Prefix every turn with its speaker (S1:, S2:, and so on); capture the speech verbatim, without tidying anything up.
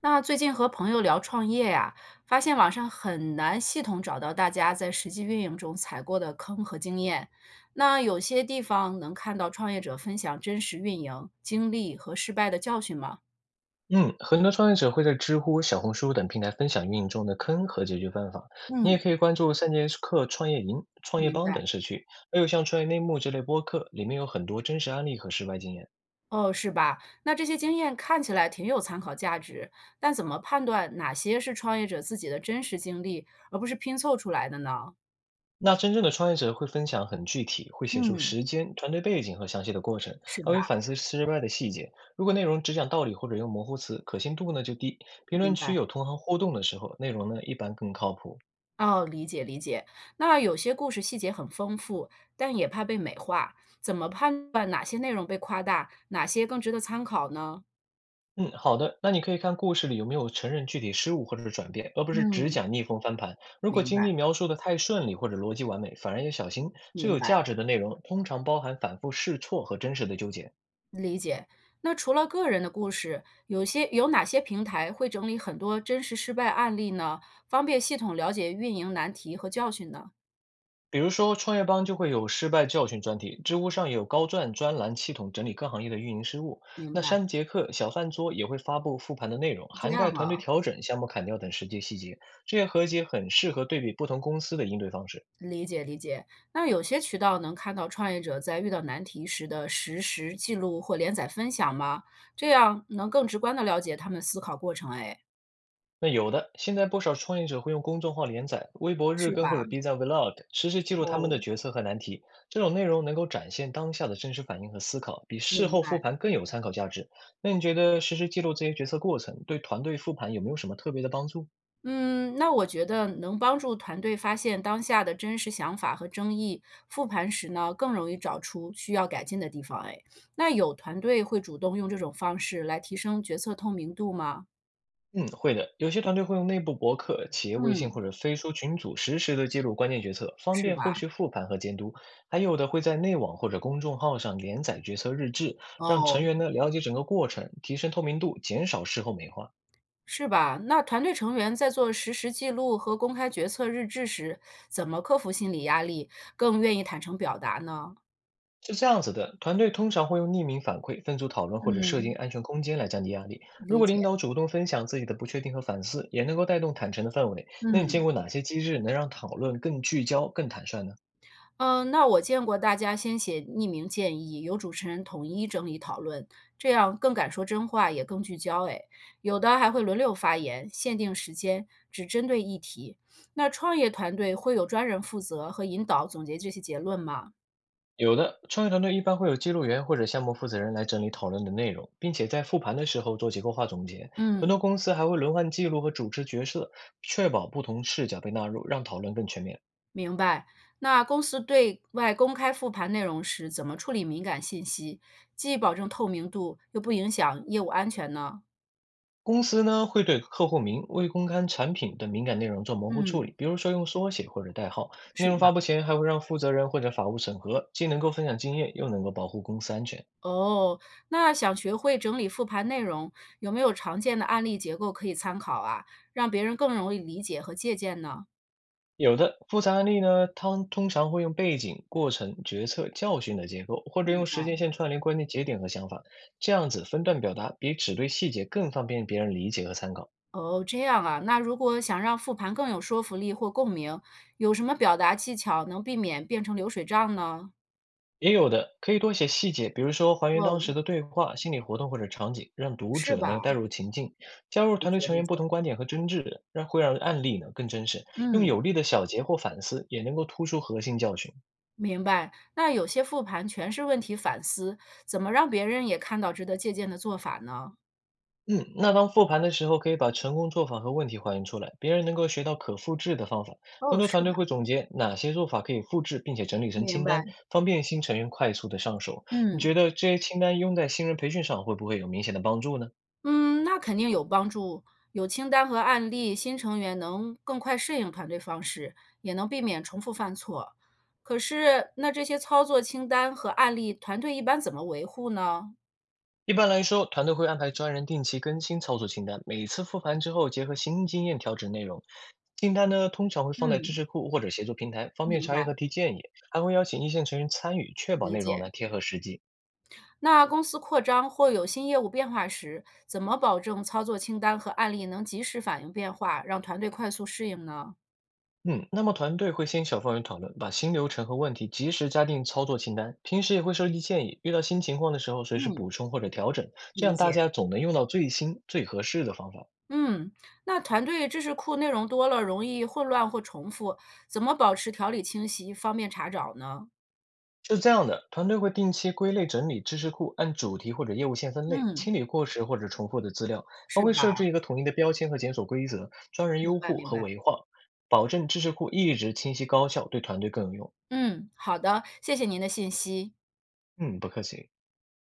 S1: 那最近和朋友聊创业呀，发现网上很难系统找到大家在实际运营中踩过的坑和经验。那有些地方能看到创业者分享真实运营经历和失败的教训吗？
S2: 嗯，很多创业者会在知乎、小红书等平台分享运营中的坑和解决办法。你也
S1: 嗯，
S2: 可以关注三节课创业营、创业
S1: 明
S2: 帮
S1: 白。
S2: 等社区，还有像创业内幕这类播客，里面有很多真实案例和失败经验。
S1: 哦，是吧？那这些经验看起来挺有参考价值，但怎么判断哪些是创业者自己的真实经历，而不是拼凑出来的呢？
S2: 那真正的创业者会分享很具体，会写出
S1: 嗯，
S2: 时间、团队背景和详细的过程，
S1: 是
S2: 还
S1: 吧？
S2: 会反思失败的细节。如果内容只讲道理或者用模糊词，可信度呢就低。评
S1: 明
S2: 论
S1: 白。
S2: 区有同行互动的时候，内容呢一般更靠谱。
S1: 哦，理解理解。那有些故事细节很丰富，但也怕被美化，怎么判断哪些内容被夸大，哪些更值得参考呢？
S2: 嗯，好的。那你可以看故事里有没有承认具体失误或者是转变，而不是只
S1: 嗯，
S2: 讲逆风翻盘。如果
S1: 明
S2: 经历
S1: 白
S2: 描述的太顺利或者逻辑完美，反而要小心。最
S1: 明
S2: 有
S1: 白，
S2: 价值的内容通常包含反复试错和真实的纠结。
S1: 理解。那除了个人的故事，有些有哪些平台会整理很多真实失败案例呢？方便系统了解运营难题和教训呢？
S2: 比如说，创业邦就会有失败教训专题，知乎上也有高赞专栏，系统整理各行业的运营失误。
S1: 明
S2: 那
S1: 白，
S2: 三节课、小饭桌也会发布复盘的内容，
S1: 是这
S2: 涵
S1: 样
S2: 盖团队
S1: 啊。
S2: 调整、项目砍掉等实际细节。这些合集很适合对比不同公司的应对方式。
S1: 理解理解，那有些渠道能看到创业者在遇到难题时的实时记录或连载分享吗？这样能更直观的了解他们思考过程，哎，
S2: 那有的，现在不少创业者会用公众号连载、微博日
S1: 是
S2: 更或
S1: 吧？
S2: 者 B 站 Vlog，实时记录他们
S1: 哦，
S2: 的决策和难题。这种内容能够展现当下的真实反应和思考，比事
S1: 明
S2: 后复
S1: 白。
S2: 盘更有参考价值。那你觉得实时记录这些决策过程，对团队复盘有没有什么特别的帮助？
S1: 嗯，那我觉得能帮助团队发现当下的真实想法和争议，复盘时呢更容易找出需要改进的地方，哎，那有团队会主动用这种方式来提升决策透明度吗？
S2: 嗯，会的。有些团队会用内部博客、企业微信或
S1: 嗯，
S2: 者飞书群组实时的记录关键决策，方
S1: 是
S2: 便后
S1: 吧？
S2: 续复盘和监督。还有的会在内网或者公众号上连载决策日志，让成
S1: 哦，
S2: 员呢了解整个过程，提升透明度，减少事后美化。
S1: 是吧？那团队成员在做实时记录和公开决策日志时，怎么克服心理压力，更愿意坦诚表达呢？
S2: 是这样子的，团队通常会用匿名反馈、分组讨论或者设定
S1: 嗯，
S2: 安全空间来降低压力。如
S1: 理
S2: 果
S1: 解。
S2: 领导主动分享自己的不确定和反思，也能够带动坦诚的氛围。那你见
S1: 嗯
S2: 过哪些机制能让讨论更聚焦、更坦率呢？
S1: 嗯、呃那我见过大家先写匿名建议，由主持人统一整理讨论，这样更敢说真话，也更聚焦。哎，有的还会轮流发言，限定时间，只针对议题。那创业团队会有专人负责和引导总结这些结论吗？
S2: 有的，创业团队一般会有记录员或者项目负责人来整理讨论的内容，并且在复盘的时候做结构化总结。很
S1: 嗯。
S2: 多公司还会轮换记录和主持角色，确保不同视角被纳入，让讨论更全面。
S1: 明白。那公司对外公开复盘内容时，怎么处理敏感信息，既保证透明度，又不影响业务安全呢？
S2: 公司呢会对客户名、未公开产品等敏感内容做模糊处
S1: 嗯，
S2: 理，比如说用缩写或者代号。内
S1: 是
S2: 容发
S1: 的。
S2: 布前还会让负责人或者法务审核，既能够分享经验，又能够保护公司安全。
S1: 哦，那想学会整理复盘内容，有没有常见的案例结构可以参考啊？让别人更容易理解和借鉴呢？
S2: 有的复杂案例呢，它通常会用背景、过程、决策、教训的结构，或者用时间线串联关键节点和想法，这样子分段表达比只对细节更方便别人理解和参考。
S1: 哦，这样啊。那如果想让复盘更有说服力或共鸣，有什么表达技巧能避免变成流水账呢？
S2: 也有的可以多写细节，比如说还原当
S1: 哦，
S2: 时的对话、心理活动或者场景，让读
S1: 是
S2: 者
S1: 吧？
S2: 呢带入情境，加入
S1: 理
S2: 团队
S1: 解
S2: 成
S1: 理
S2: 员不
S1: 解。
S2: 同观点和争执，让会让案例呢更真实。用
S1: 嗯。
S2: 有力的小结或反思，也能够突出核心教训。
S1: 明白，那有些复盘全是问题反思，怎么让别人也看到值得借鉴的做法呢？
S2: 嗯，那当复盘的时候，可以把成功做法和问题还原出来，别人能够学到可复制的方法。很
S1: 哦，
S2: 多
S1: 是
S2: 团队
S1: 吧？
S2: 会总结哪些做法可以复制，并且整理成
S1: 明
S2: 清
S1: 白，
S2: 单，方便新成员快速的上手。你
S1: 嗯
S2: 觉得这些清单用在新人培训上会不会有明显的帮助呢？
S1: 嗯，那肯定有帮助。有清单和案例，新成员能更快适应团队方式，也能避免重复犯错。可是，那这些操作清单和案例，团队一般怎么维护呢？
S2: 一般来说，团队会安排专人定期更新操作清单，每次复盘之后结合新经验调整内容。清单呢，通常会放在知
S1: 嗯，
S2: 识库或者协作平台，方便
S1: 明
S2: 查
S1: 白，
S2: 阅和提建议，还会邀请一线成员参与，确保
S1: 理
S2: 内容
S1: 解。
S2: 呢贴合实际。
S1: 那公司扩张或有新业务变化时，怎么保证操作清单和案例能及时反映变化，让团队快速适应呢？
S2: 嗯，那么团队会先小范围讨论，把新流程和问题及时加进操作清单。平时也会收集建议，遇到新情况的时候随时
S1: 嗯，
S2: 补充或者调整，这
S1: 理
S2: 样大
S1: 解。
S2: 家总能用到最新、最合适的方法。
S1: 嗯，那团队知识库内容多了，容易混乱或重复，怎么保持条理清晰，方便查找呢？
S2: 是这样的，团队会定期归类整理知识库，按主题或者业务线分类，
S1: 嗯，
S2: 清理过时或者重复的资料，还
S1: 是
S2: 会
S1: 吧？
S2: 设置一个统一的标签和检索规则，专人
S1: 明
S2: 优
S1: 白，
S2: 护
S1: 明
S2: 和
S1: 白。
S2: 维护，保证知识库一直清晰高效，对团队更有用。
S1: 嗯，好的，谢谢您的信息。
S2: 嗯，不客气。